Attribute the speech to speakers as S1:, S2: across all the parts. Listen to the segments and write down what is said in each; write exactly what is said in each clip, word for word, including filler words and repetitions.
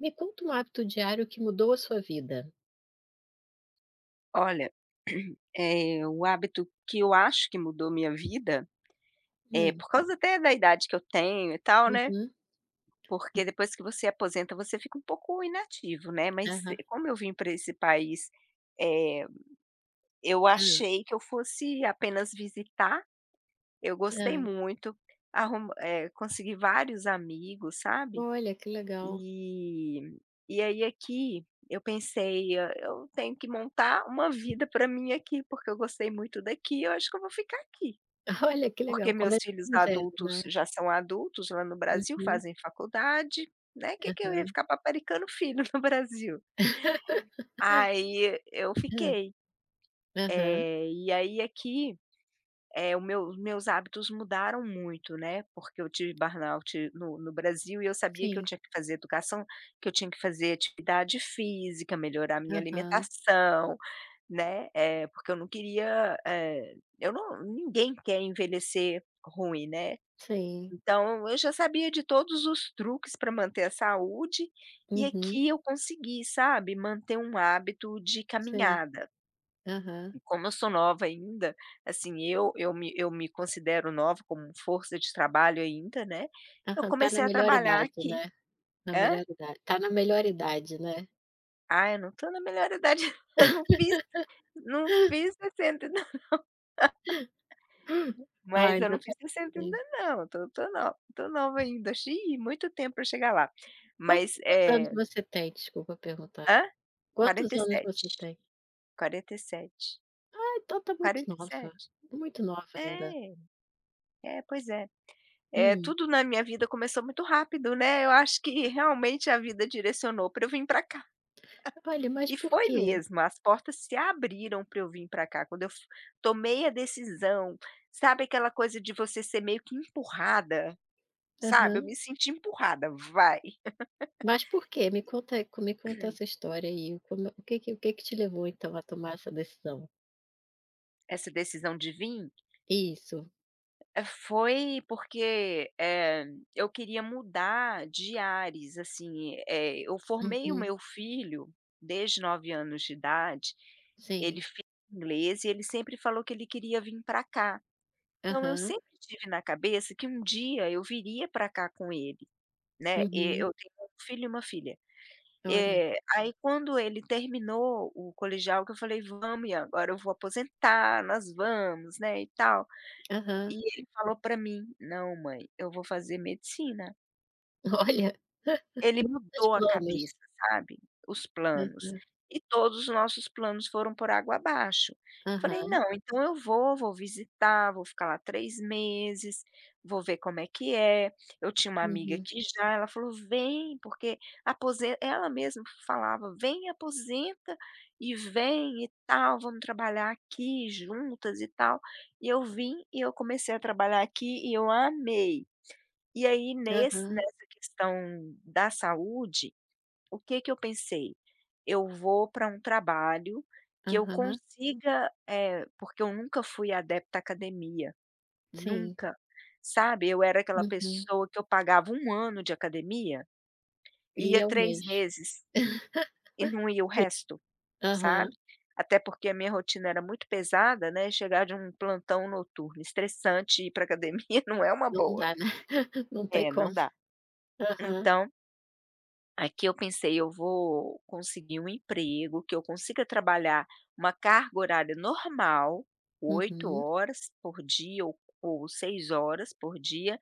S1: Me conta um hábito diário que mudou a sua vida.
S2: Olha, eh, o hábito que eu acho que mudou minha vida é
S1: Hum,
S2: por causa até da idade que eu tenho e tal, né?
S1: uhum,
S2: Porque depois que você aposenta, você fica um pouco inativo, né, mas
S1: aham,
S2: eh, como eu vim para esse país, eh, eu
S1: hã,
S2: achei que eu fosse apenas visitar, eu
S1: hã.
S2: gostei muito, arrum eh, consegui vários amigos, sabe,
S1: Olha, que legal.
S2: e e aí aqui eu pensei: "Ah, eu tenho que montar uma vida para mim aqui, porque eu gostei muito daqui, eu acho que eu vou ficar aqui".
S1: Olha, que
S2: Porque
S1: legal,
S2: meus
S1: começa
S2: filhos
S1: do zero,
S2: adultos
S1: né.
S2: já são adultos lá no Brasil,
S1: Uhum,
S2: fazem faculdade, né, que que eu ia
S1: aham.
S2: ficar paparicando filho no Brasil? Aí eu
S1: Hã,
S2: fiquei.
S1: aham,
S2: Eh, e aí aqui, eh, o meu os meus hábitos mudaram muito, né, porque eu tive burnout no no Brasil e eu sabia que eu
S1: sim,
S2: tinha que fazer educação, que eu tinha que fazer atividade física, melhorar minha
S1: aham,
S2: alimentação, né, eh, porque eu não queria, eh, eu não ninguém quer envelhecer ruim, né.
S1: sim,
S2: Então, eu já sabia de todos os truques para manter a saúde, e
S1: uhum,
S2: aqui eu consegui, sabe, manter um hábito de
S1: sim,
S2: caminhada.
S1: aham,
S2: E como eu sou nova ainda, assim, eu eu me eu me considero nova como força de trabalho ainda, né, eu
S1: aham. Tá na
S2: comecei a
S1: melhor
S2: trabalhar
S1: idade,
S2: aqui.
S1: né, na
S2: Hã?
S1: melhor idade tá na melhor idade, né.
S2: Ah, eu não estou na melhor idade eu não fiz não fiz sessenta não,
S1: Ah,
S2: mas eu
S1: ainda
S2: não
S1: tá
S2: fiz
S1: tudo
S2: sessenta ainda
S1: bem.
S2: não, tô tô nova tô nova ainda, xi, muito tempo para chegar lá. Mas.
S1: Quantos quantos anos
S2: Eh
S1: você tem? Desculpa perguntar.
S2: hã? Quarenta
S1: Quantos
S2: e
S1: anos você
S2: sete.
S1: tem? Então está muito nova,
S2: quarenta e sete.
S1: muito nova ainda.
S2: Sete. É, é, pois é. É
S1: Hum.
S2: tudo, na minha vida começou muito rápido, né, eu acho que realmente a vida direcionou para eu vir para cá.
S1: Olha, mas
S2: E
S1: por
S2: foi
S1: quê?
S2: mesmo, as portas se abriram para eu vir para cá, quando eu f tomei a decisão, sabe aquela coisa de você ser meio que empurrada, sabe, eu
S1: Aham.
S2: me senti empurrada, vai.
S1: Mas por quê? Me conta co me conta essa história aí, como o que que o que que te levou então a tomar essa decisão?
S2: Essa decisão de vir.
S1: Isso.
S2: Eh, foi porque, eh, eu queria mudar de ares, assim, eh, eu formei o
S1: Uhum.
S2: meu filho desde nove anos de idade, ele
S1: Sim.
S2: fez inglês e ele sempre falou que ele queria vir para cá. Então eu
S1: Aham.
S2: sempre tive na cabeça que um dia eu viria para cá com ele, né, e
S1: Uhum.
S2: eu tenho um filho e uma filha.
S1: Olha.
S2: Eh, aí quando ele terminou o colegial, que eu falei: "Vamos, Ian, agora eu vou aposentar, nós vamos, né, e tal". E
S1: Aham.
S2: ele falou pra mim: "Não, mãe, eu vou fazer medicina".
S1: Olha,
S2: Ele
S1: os
S2: mudou a
S1: planos.
S2: cabeça, sabe, os planos.
S1: Aham.
S2: E todos os nossos planos foram por água abaixo. Falei:
S1: Aham.
S2: "Não, então eu vou, vou visitar, vou ficar lá três meses, vou ver como é que é". Eu tinha uma amiga
S1: Uhum.
S2: que já, ela falou: "Vem, porque aposen" ela mesma falava: "Vem, aposenta e vem e tal, vamos trabalhar aqui juntas e tal". E eu vim e eu comecei a trabalhar aqui e eu amei. E aí nesse
S1: Aham.
S2: nessa questão da saúde, o que que eu pensei? Eu vou para um trabalho que eu
S1: Aham.
S2: consiga, eh, porque eu nunca fui adepta à academia,
S1: Sim.
S2: nunca, sabe. Eu era aquela
S1: Uhum.
S2: pessoa que eu pagava um ano de academia,
S1: E
S2: ia
S1: é um
S2: três
S1: mês.
S2: meses e não ia o
S1: Sim.
S2: resto,
S1: Aham.
S2: sabe. Até porque a minha rotina era muito pesada, né, chegar de um plantão noturno estressante e ir para academia não é uma
S1: Não
S2: boa.
S1: dá, né. Não tem
S2: É, não
S1: como.
S2: dá.
S1: Aham.
S2: Então, aqui eu pensei: "Eu vou conseguir um emprego que eu consiga trabalhar uma carga horária normal, oito
S1: Uhum,
S2: horas por dia ou ou seis horas por dia,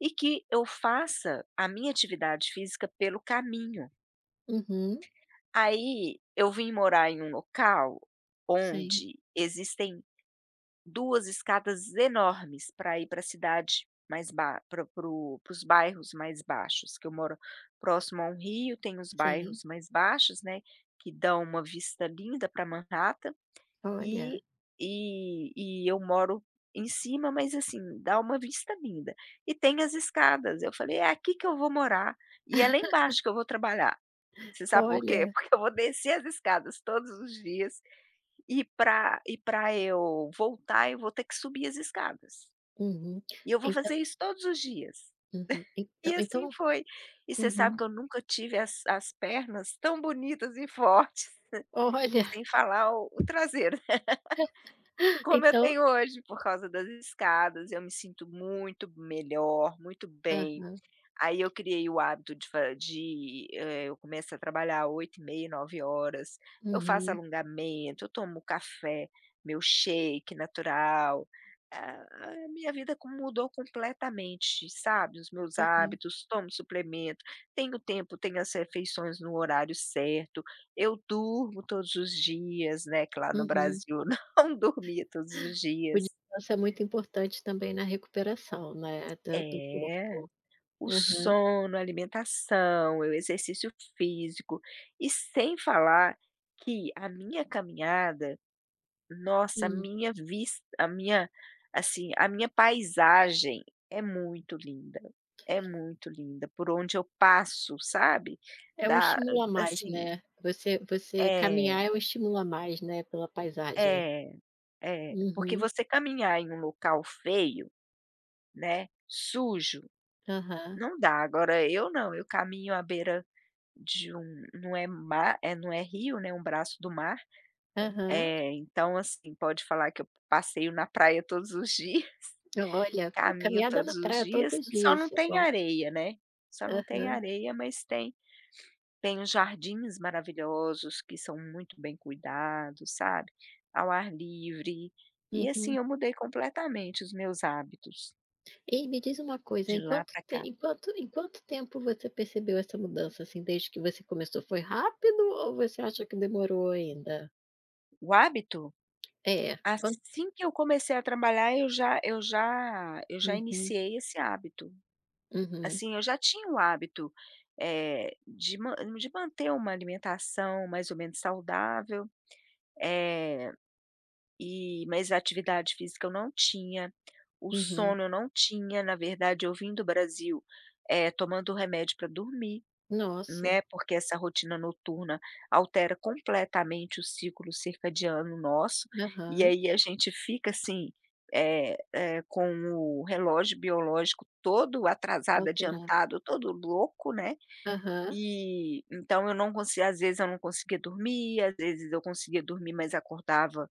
S2: e que eu faça a minha atividade física pelo caminho".
S1: uhum.
S2: Aí eu vim morar em um local
S1: Sim,
S2: onde existem duas escadas enormes para ir para a cidade mais ba para os bairros mais baixos, que eu moro próximo a um rio, tem os
S1: sim.
S2: bairros mais baixos, né, que dão uma vista linda para Manhattan, e
S1: Olha,
S2: e e eu moro em cima, mas assim, dá uma vista linda. E tem as escadas, eu falei: "É aqui que eu vou morar, e é lá embaixo que eu vou trabalhar". Você sabe por quê?
S1: olha.
S2: Porque eu vou descer as escadas todos os dias, e pra e pra eu voltar, eu vou ter que subir as escadas.
S1: Uhum.
S2: E eu vou
S1: Então
S2: fazer isso todos os dias.
S1: uhum.
S2: E
S1: Então
S2: assim
S1: então
S2: foi. E você sabe
S1: uhum.
S2: que eu nunca tive as as pernas tão bonitas e fortes,
S1: Olha,
S2: sem falar o o traseiro, como eu
S1: então
S2: tenho hoje, por causa das escadas. Eu me sinto muito melhor, muito bem.
S1: aham,
S2: Aí eu criei o hábito de fa de, eh, eu começo a trabalhar oito e meia, nove horas. Eu faço
S1: uhum,
S2: alongamento, eu tomo café, meu shake natural, ah, a minha vida co mudou completamente, sabe, os meus
S1: aham,
S2: hábitos, tomo suplemento, tenho tempo, tenho as refeições no horário certo, eu durmo todos os dias, né, que lá no
S1: uhum.
S2: Brasil não dormia todos os
S1: O
S2: dias.
S1: descanso é muito importante também na recuperação, né, do do
S2: É.
S1: corpo.
S2: O
S1: Aham.
S2: sono, a alimentação, o exercício físico, e sem falar que a minha caminhada, nossa, a
S1: Hum.
S2: minha vista a minha, assim, a minha paisagem é muito linda, é muito linda por onde eu passo, sabe,
S1: É um
S2: dá.
S1: estímulo a mais,
S2: Assim,
S1: né. Você você
S2: é,
S1: caminhar é um estímulo a mais, né, pela paisagem.
S2: é, é, porque
S1: Uhum.
S2: você caminhar em um local feio, né, sujo,
S1: Aham,
S2: não dá. Agora eu não, eu caminho à beira de um, não é mar, é, não é rio, né, um braço do mar.
S1: aham.
S2: Eh, então assim, pode falar que eu passeio na praia todos os dias,
S1: Olha, pô,
S2: caminho
S1: caminhada
S2: todos
S1: na
S2: os
S1: praia todos
S2: dias,
S1: os
S2: só
S1: dias,
S2: não
S1: é
S2: tem
S1: bom.
S2: areia, né, só não tem
S1: Aham.
S2: areia, mas tem tem os jardins maravilhosos que são muito bem cuidados, sabe, ao ar livre, e assim,
S1: Uhum.
S2: eu mudei completamente os meus hábitos
S1: E me diz uma coisa,
S2: de
S1: em
S2: lá
S1: quanto
S2: para
S1: te
S2: cá.
S1: em quanto em quanto tempo você percebeu essa mudança, assim, desde que você começou? Foi rápido ou você acha que demorou ainda?
S2: O hábito?
S1: É, quan
S2: Assim que eu comecei a trabalhar eu já eu já eu já
S1: uhum,
S2: iniciei esse hábito.
S1: uhum,
S2: Assim, eu já tinha o hábito, eh, de man de manter uma alimentação mais ou menos saudável, eh, e mas a atividade física eu não tinha, o
S1: uhum.
S2: sono eu não tinha, na verdade eu vim do Brasil, eh, tomando remédio para dormir, né,
S1: Nossa.
S2: porque essa rotina noturna altera completamente o ciclo circadiano nosso, e
S1: Aham.
S2: aí a gente fica assim, eh eh, com o relógio biológico todo atrasado,
S1: Alterar.
S2: adiantado, todo louco, né.
S1: Aham.
S2: E então eu não consi às vezes eu não conseguia dormir, às vezes eu conseguia dormir, mas acordava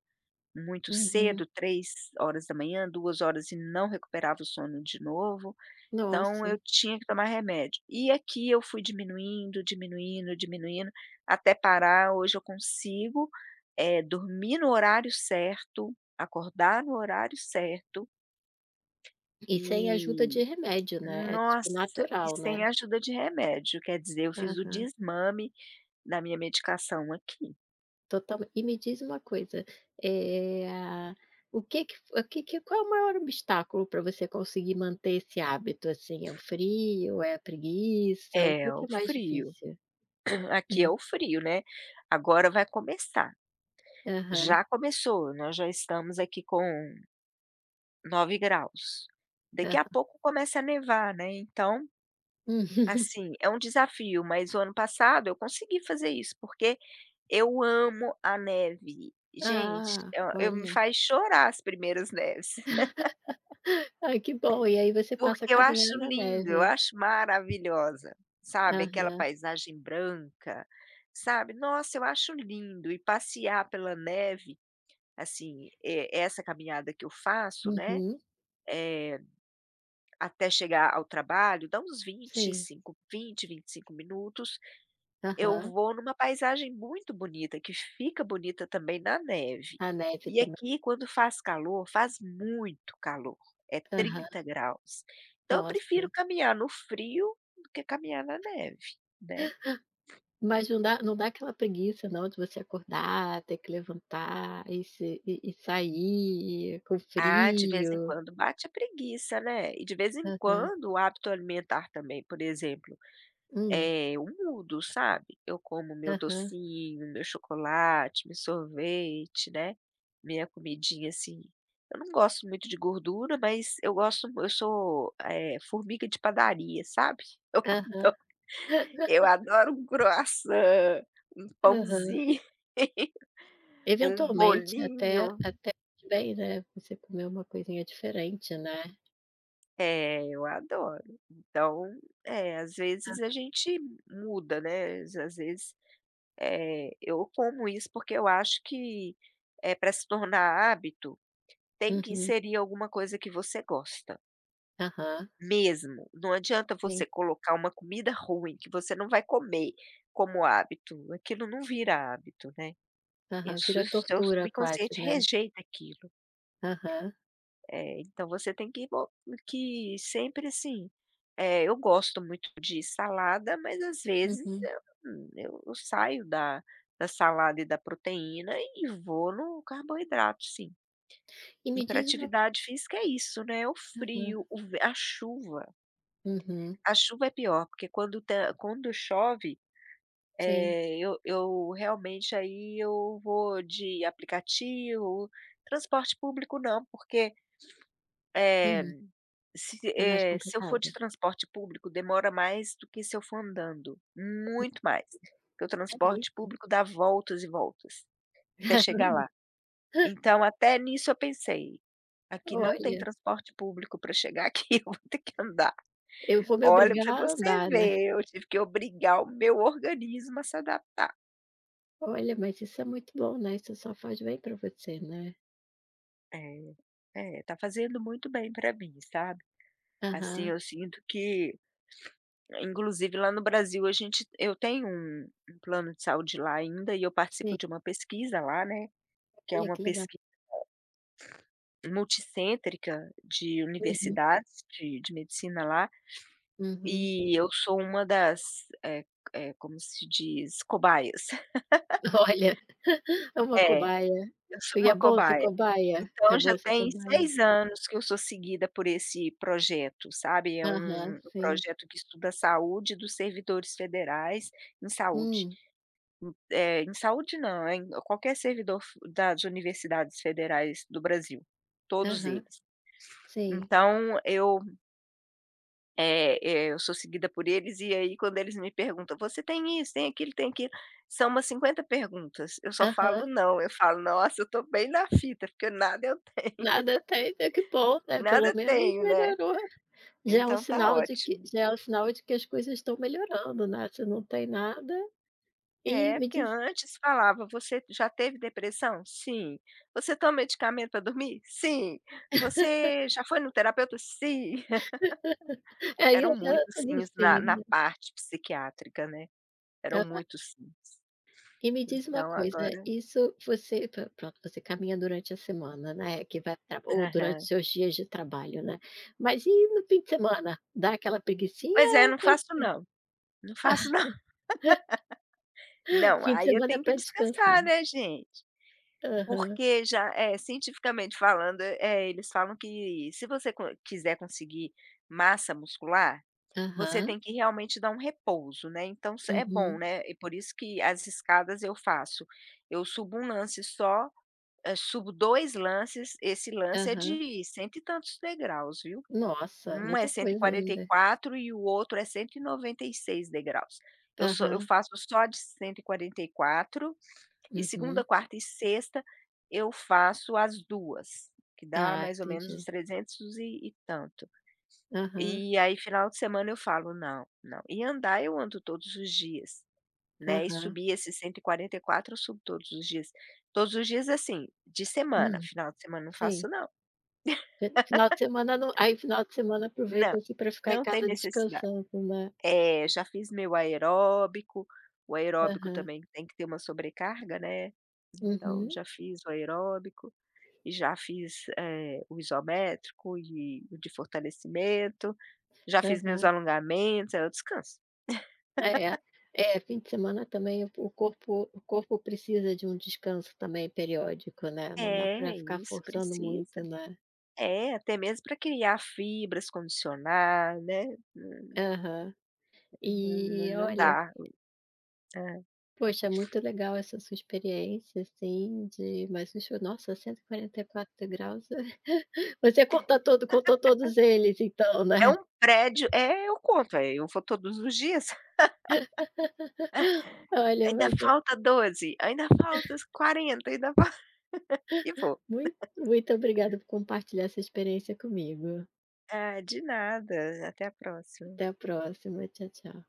S2: muito
S1: Uhum.
S2: cedo, três horas da manhã, duas horas, e não recuperava o sono de novo, então
S1: Nossa.
S2: eu tinha que tomar remédio. E aqui eu fui diminuindo, diminuindo, diminuindo, até parar. Hoje eu consigo, eh, dormir no horário certo, acordar no horário certo
S1: E sem ajuda
S2: e,
S1: de remédio, né, é tipo
S2: nossa, e
S1: natural,
S2: sem
S1: né?
S2: ajuda de remédio, quer dizer, eu fiz o
S1: Aham.
S2: desmame da minha medicação aqui.
S1: Totalmen E me diz uma coisa, eh, a o que que o que que qual é o maior obstáculo para você conseguir manter esse hábito, assim, é o frio, é a preguiça,
S2: É,
S1: o que
S2: o
S1: que é mais
S2: frio.
S1: difícil?
S2: Aqui é
S1: Hum.
S2: o frio, né. Agora vai começar.
S1: Aham,
S2: Já começou, nós já estamos aqui com nove graus. Daqui a
S1: aham.
S2: pouco começa a nevar, né, então,
S1: Hum.
S2: assim, é um desafio, mas o ano passado eu consegui fazer isso, porque eu amo a neve. Gente,
S1: Ah,
S2: é, eu eu me
S1: olha.
S2: faz chorar as primeiras neves.
S1: Ai, que bom, e aí você passa a
S2: Porque eu acho
S1: caminhar na
S2: lindo, eu
S1: neve.
S2: acho maravilhosa, sabe, aquela
S1: Aham.
S2: paisagem branca, sabe. Nossa, eu acho lindo, e passear pela neve, assim, eh, essa caminhada que eu faço, né,
S1: Uhum.
S2: eh, até chegar ao trabalho dá uns vinte vinte, e
S1: Sim.
S2: cinco, vinte vinte e cinco minutos, eu
S1: Aham.
S2: vou numa paisagem muito bonita, que fica bonita também na neve.
S1: A neve
S2: E
S1: também.
S2: aqui quando faz calor, faz muito calor, é
S1: Aham.
S2: trinta graus. Então eu prefiro
S1: Nossa.
S2: caminhar no frio do que caminhar na neve, né.
S1: Mas não dá não dá aquela preguiça não de você acordar, ter que levantar e se e e sair com
S2: Ah, de vez em
S1: frio.
S2: quando bate a preguiça, né. E de vez em
S1: Aham.
S2: quando o hábito alimentar também, por exemplo.
S1: Hum.
S2: É, eu mudo, sabe. Eu como meu
S1: Aham.
S2: docinho, meu chocolate, meu sorvete, né, minha comidinha, assim. Eu não gosto muito de gordura, mas eu gosto eu sou, eh, formiga de padaria, sabe.
S1: Aham.
S2: Eu adoro eu adoro um croissant, um
S1: Aham.
S2: pãozinho, um
S1: Eventualmente até
S2: bolinho.
S1: até faz bem, né, você comer uma coisinha diferente, né.
S2: É, eu adoro. Então, é, às vezes a
S1: Ah,
S2: gente muda, né, às às vezes. Eh, eu como isso porque eu acho que é para se tornar hábito, tem que
S1: uhum.
S2: inserir alguma coisa que você gosta,
S1: Aham.
S2: mesmo. Não adianta você
S1: Sim.
S2: colocar uma comida ruim que você não vai comer como hábito, aquilo não vira hábito, né.
S1: Aham.
S2: Isso
S1: Vira
S2: o seu
S1: tortura quase,
S2: subconsciente
S1: né.
S2: rejeita aquilo.
S1: Aham.
S2: É, então você tem que bo que sempre assim, eh, eu gosto muito de salada, mas às vezes
S1: Uhum.
S2: eu, hum, eu eu saio da da salada e da proteína e vou no carboidrato, sim.
S1: E
S2: E
S1: me
S2: para
S1: diz uma co
S2: atividade física é isso, né, o
S1: Aham.
S2: frio, o ve a chuva.
S1: Uhum.
S2: A chuva é pior, porque quando tá quando chove,
S1: Sim.
S2: eh, eu eu realmente aí eu vou de aplicativo, transporte público não, porque, eh
S1: Uhum.
S2: Se
S1: É mais
S2: eh, se eu for
S1: complicado.
S2: de transporte público, demora mais do que se eu for andando, muito mais, porque o
S1: É
S2: transporte
S1: mesmo?
S2: público dá voltas e voltas até chegar
S1: Caramba.
S2: lá. Então, até nisso eu pensei: "Aqui não tem
S1: Olha,
S2: transporte público para chegar aqui, eu vou ter que andar".
S1: eu vou me
S2: Olha,
S1: obrigar
S2: para
S1: a
S2: você
S1: andar, né.
S2: ver, eu tive que obrigar o meu organismo a se adaptar.
S1: Olha, mas isso é muito bom, né, isso só faz bem para você, né.
S2: É, é, tá fazendo muito bem para mim, sabe. Assim,
S1: Aham,
S2: eu sinto que, inclusive lá no Brasil, a gente eu tenho um um plano de saúde lá ainda e eu participo
S1: sim.
S2: de uma pesquisa lá, né, que é
S1: Olha,
S2: uma
S1: que legal.
S2: pesquisa multicêntrica de
S1: Uhum,
S2: universidades de de medicina lá,
S1: uhum.
S2: e eu sou uma das, eh eh, como se diz, cobaias.
S1: Olha, é uma
S2: É,
S1: cobaia.
S2: eu sou
S1: E é
S2: uma
S1: bom ser
S2: cobaia.
S1: cobaia? É
S2: Então já
S1: bom ser
S2: tem
S1: cobaia?
S2: seis anos que eu sou seguida por esse projeto, sabe, é um
S1: Aham,
S2: um
S1: sim.
S2: projeto que estuda a saúde dos servidores federais em saúde.
S1: Hum,
S2: Eh, em saúde não, é em qualquer servidor f das universidades federais do Brasil, todos
S1: aham,
S2: eles.
S1: sim.
S2: Então eu, eh eh, eu sou seguida por eles e aí quando eles me perguntam: "Você tem isso, tem aquilo, tem aquilo", são umas cinquenta perguntas, eu só falo
S1: Aham.
S2: "não", eu falo: "Nossa, eu estou bem na fita, porque nada eu
S1: Nada tem, né, que bom, né,
S2: nada
S1: pelo
S2: eu
S1: menos
S2: tenho, né,
S1: melhorou. Já é um
S2: então tá
S1: sinal de que
S2: ótimo".
S1: já é um sinal de que as coisas estão melhorando, né, se não tem nada e
S2: É,
S1: me
S2: porque
S1: diz.
S2: antes falava: "Você já teve depressão?". "Sim". "Você toma medicamento para dormir?". "Sim". "Você já foi no terapeuta?". "Sim".
S1: Aí
S2: Eram
S1: eu já
S2: muitos
S1: tô no
S2: sims na na
S1: sim.
S2: parte psiquiátrica, né, eram
S1: Aham.
S2: muitos sims.
S1: E me diz uma
S2: Então
S1: coisa,
S2: agora,
S1: isso você pro pronto, você caminha durante a semana, né, que vai pra ou durante
S2: aham.
S1: seus dias de trabalho, né. Mas e no fim de semana? Dá aquela
S2: Pois
S1: preguicinha
S2: é,
S1: ou
S2: não faço
S1: você?
S2: não, não faço não. Não,
S1: Fim de
S2: aí eu
S1: semana
S2: tenho que
S1: para descansar?
S2: descansar, né, gente.
S1: Aham.
S2: Porque já é, cientificamente falando, eh, eles falam que se você co quiser conseguir massa muscular, você
S1: Aham.
S2: tem que realmente dar um repouso, né, então se é bom,
S1: Uhum.
S2: né, e por isso que as escadas eu faço, eu subo um lance só. Hã, subo dois lances, esse lance é
S1: Aham.
S2: de cento e tantos degraus, viu.
S1: Nossa,
S2: Um é
S1: muita
S2: cento e
S1: coisa
S2: e e
S1: ainda.
S2: quatro e o outro é cento e noventa e seis degraus. Eu só eu
S1: Aham.
S2: faço só de cento e e e quatro, e segunda,
S1: Uhum.
S2: quarta e sexta eu faço as duas, que dá
S1: Ah,
S2: mais ou menos uns
S1: entendi.
S2: trezentos e e tanto.
S1: Aham.
S2: E aí final de semana eu falo: "Não, não". E andar eu ando todos os dias. Né, e
S1: Aham.
S2: subi esses cento e quarenta e quatro, eu subo todos os dias. Todos os dias, assim, de semana,
S1: Hum,
S2: final de semana não faço
S1: sim.
S2: não.
S1: Final de semana não, aí final de semana
S2: Não,
S1: aproveita, assim, para ficar em
S2: não tem
S1: casa
S2: necessidade.
S1: descansando, né.
S2: É, já fiz meu aeróbico, o aeróbico
S1: Aham.
S2: também tem que ter uma sobrecarga, né, então
S1: Uhum.
S2: já fiz o aeróbico e já fiz, eh, o isométrico e o de fortalecimento, já fiz meus
S1: Aham.
S2: alongamentos, aí eu descanso.
S1: É. É, fim de semana também o corpo o corpo precisa de um descanso também periódico, né, não dá
S2: É,
S1: para
S2: é
S1: ficar
S2: isso,
S1: forçando
S2: precisa.
S1: muito, né.
S2: É, até mesmo para criar fibras, condicionar, né, Hum,
S1: Aham.
S2: não não
S1: E
S2: não
S1: olha,
S2: dá. É
S1: poxa, muito legal essa sua experiência, assim, de mas deixa, nossa, cento e e quarenta e quatro graus. Você conta todo contou todos eles então, né.
S2: É um prédio é, eu conto, eh, eu vou todos os dias,
S1: Olha,
S2: ainda
S1: mas.
S2: falta doze. Ainda falta quarenta. Ainda falta e vou.
S1: Mui muito obrigada por compartilhar essa experiência comigo.
S2: Ah, de nada, até a próxima.
S1: Até a próxima. Tchau, tchau.